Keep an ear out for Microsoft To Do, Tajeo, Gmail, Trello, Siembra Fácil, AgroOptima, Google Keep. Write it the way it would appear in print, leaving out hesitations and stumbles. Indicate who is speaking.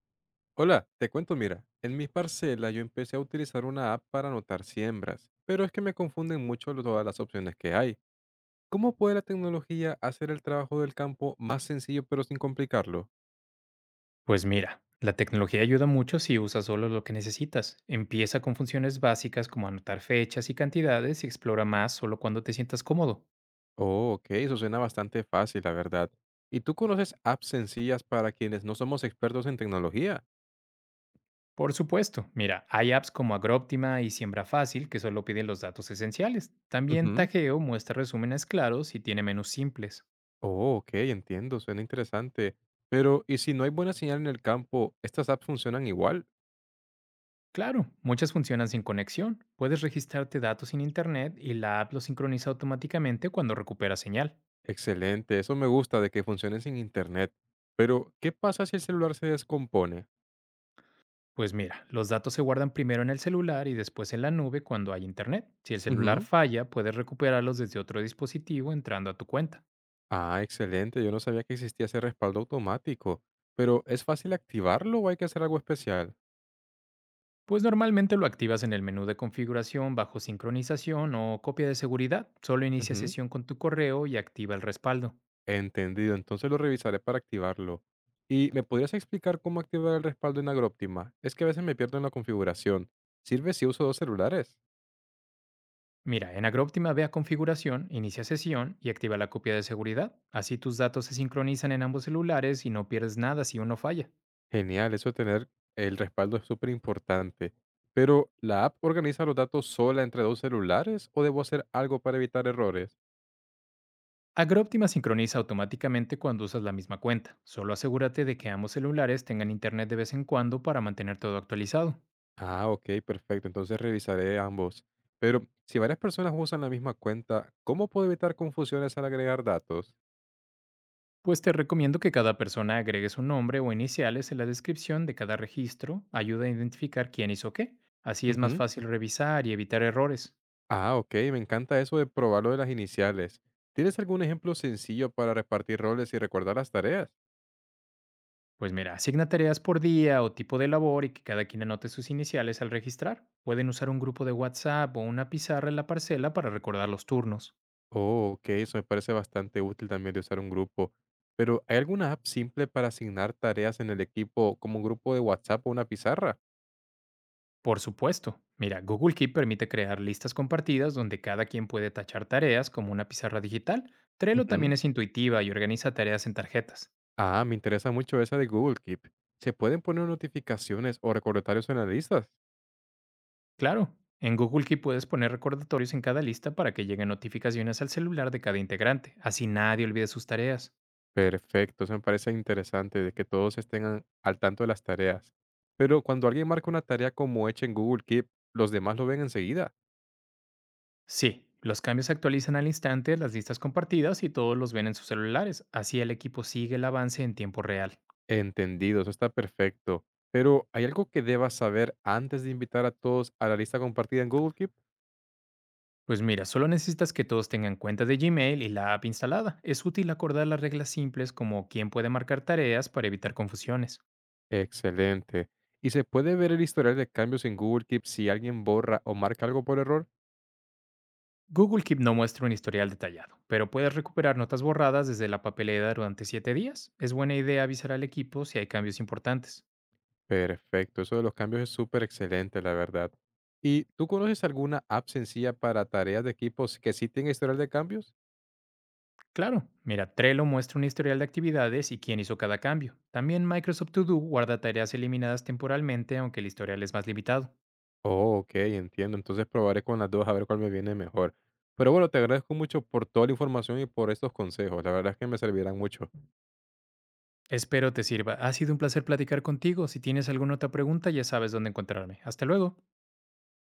Speaker 1: Hola, te cuento, mira, en mi parcela yo empecé a utilizar una app para anotar siembras, pero es que me confunden mucho todas las opciones que hay. ¿Cómo puede la tecnología hacer el trabajo del campo más sencillo pero sin complicarlo?
Speaker 2: Pues mira, la tecnología ayuda mucho si usas solo lo que necesitas. Empieza con funciones básicas como anotar fechas y cantidades y explora más solo cuando te sientas cómodo.
Speaker 1: Oh, ok, eso suena bastante fácil, la verdad. ¿Y tú conoces apps sencillas para quienes no somos expertos en tecnología?
Speaker 2: Por supuesto, mira, hay apps como Agroptima y Siembra Fácil que solo piden los datos esenciales. También
Speaker 1: Ujú.
Speaker 2: Tajeo muestra resúmenes claros y tiene menús simples.
Speaker 1: Oh, ok, entiendo, suena interesante. Pero, ¿y si no hay buena señal en el campo, estas apps funcionan igual?
Speaker 2: Claro, muchas funcionan sin conexión. Puedes registrarte datos sin internet y la app los sincroniza automáticamente cuando recupera señal.
Speaker 1: Excelente, eso me gusta de que funcionen sin internet. Pero, ¿qué pasa si el celular se descompone?
Speaker 2: Pues mira, los datos se guardan primero en el celular y después en la nube cuando hay internet. Si el celular
Speaker 1: Ujú.
Speaker 2: falla, puedes recuperarlos desde otro dispositivo entrando a tu cuenta.
Speaker 1: Ah, excelente, yo no sabía que existía ese respaldo automático. Pero, ¿es fácil activarlo o hay que hacer algo especial?
Speaker 2: Pues normalmente lo activas en el menú de configuración bajo sincronización o copia de seguridad. Solo inicia
Speaker 1: Ujú.
Speaker 2: sesión con tu correo y activa el respaldo.
Speaker 1: Entendido, entonces lo revisaré para activarlo. ¿Y me podrías explicar cómo activar el respaldo en AgroOptima? Es que a veces me pierdo en la configuración. ¿Sirve si uso dos celulares?
Speaker 2: Mira, en AgroOptima ve a configuración, inicia sesión y activa la copia de seguridad. Así tus datos se sincronizan en ambos celulares y no pierdes nada si uno falla.
Speaker 1: Genial, eso de tener el respaldo es súper importante. Pero, ¿la app organiza los datos sola entre dos celulares o debo hacer algo para evitar errores?
Speaker 2: AgroOptima sincroniza automáticamente cuando usas la misma cuenta. Solo asegúrate de que ambos celulares tengan internet de vez en cuando para mantener todo actualizado.
Speaker 1: Ah, ok, perfecto. Entonces revisaré ambos. Pero, si varias personas usan la misma cuenta, ¿cómo puedo evitar confusiones al agregar datos?
Speaker 2: Pues te recomiendo que cada persona agregue su nombre o iniciales en la descripción de cada registro, ayuda a identificar quién hizo qué. Así es más
Speaker 1: Ujú.
Speaker 2: fácil revisar y evitar errores.
Speaker 1: Ah, ok, me encanta eso de probarlo de las iniciales. ¿Tienes algún ejemplo sencillo para repartir roles y recordar las tareas?
Speaker 2: Pues mira, asigna tareas por día o tipo de labor y que cada quien anote sus iniciales al registrar. Pueden usar un grupo de WhatsApp o una pizarra en la parcela para recordar los turnos.
Speaker 1: Oh, ok, eso me parece bastante útil también de usar un grupo. Pero, ¿hay alguna app simple para asignar tareas en el equipo como un grupo de WhatsApp o una pizarra?
Speaker 2: Por supuesto. Mira, Google Keep permite crear listas compartidas donde cada quien puede tachar tareas como una pizarra digital. Trello
Speaker 1: Ujú.
Speaker 2: también es intuitiva y organiza tareas en tarjetas.
Speaker 1: Ah, me interesa mucho esa de Google Keep. ¿Se pueden poner notificaciones o recordatorios en las listas?
Speaker 2: Claro, en Google Keep puedes poner recordatorios en cada lista para que lleguen notificaciones al celular de cada integrante, así nadie olvide sus tareas.
Speaker 1: Perfecto, eso me parece interesante de que todos estén al tanto de las tareas. Pero cuando alguien marca una tarea como hecha en Google Keep, ¿los demás lo ven enseguida?
Speaker 2: Sí, los cambios se actualizan al instante las listas compartidas y todos los ven en sus celulares, así el equipo sigue el avance en tiempo real.
Speaker 1: Entendido, eso está perfecto. Pero, ¿hay algo que debas saber antes de invitar a todos a la lista compartida en Google Keep?
Speaker 2: Pues mira, solo necesitas que todos tengan cuenta de Gmail y la app instalada. Es útil acordar las reglas simples como quién puede marcar tareas para evitar confusiones.
Speaker 1: Excelente. ¿Y se puede ver el historial de cambios en Google Keep si alguien borra o marca algo por error?
Speaker 2: Google Keep no muestra un historial detallado, pero puedes recuperar notas borradas desde la papelera durante 7 días. Es buena idea avisar al equipo si hay cambios importantes.
Speaker 1: Perfecto, eso de los cambios es súper excelente, la verdad. ¿Y tú conoces alguna app sencilla para tareas de equipos que sí tenga historial de cambios?
Speaker 2: Claro, mira, Trello muestra un historial de actividades y quién hizo cada cambio. También Microsoft To Do guarda tareas eliminadas temporalmente, aunque el historial es más limitado.
Speaker 1: Oh, ok, entiendo. Entonces probaré con las dos a ver cuál me viene mejor. Pero bueno, te agradezco mucho por toda la información y por estos consejos. La verdad es que me servirán mucho.
Speaker 2: Espero te sirva. Ha sido un placer platicar contigo. Si tienes alguna otra pregunta, ya sabes dónde encontrarme. Hasta luego.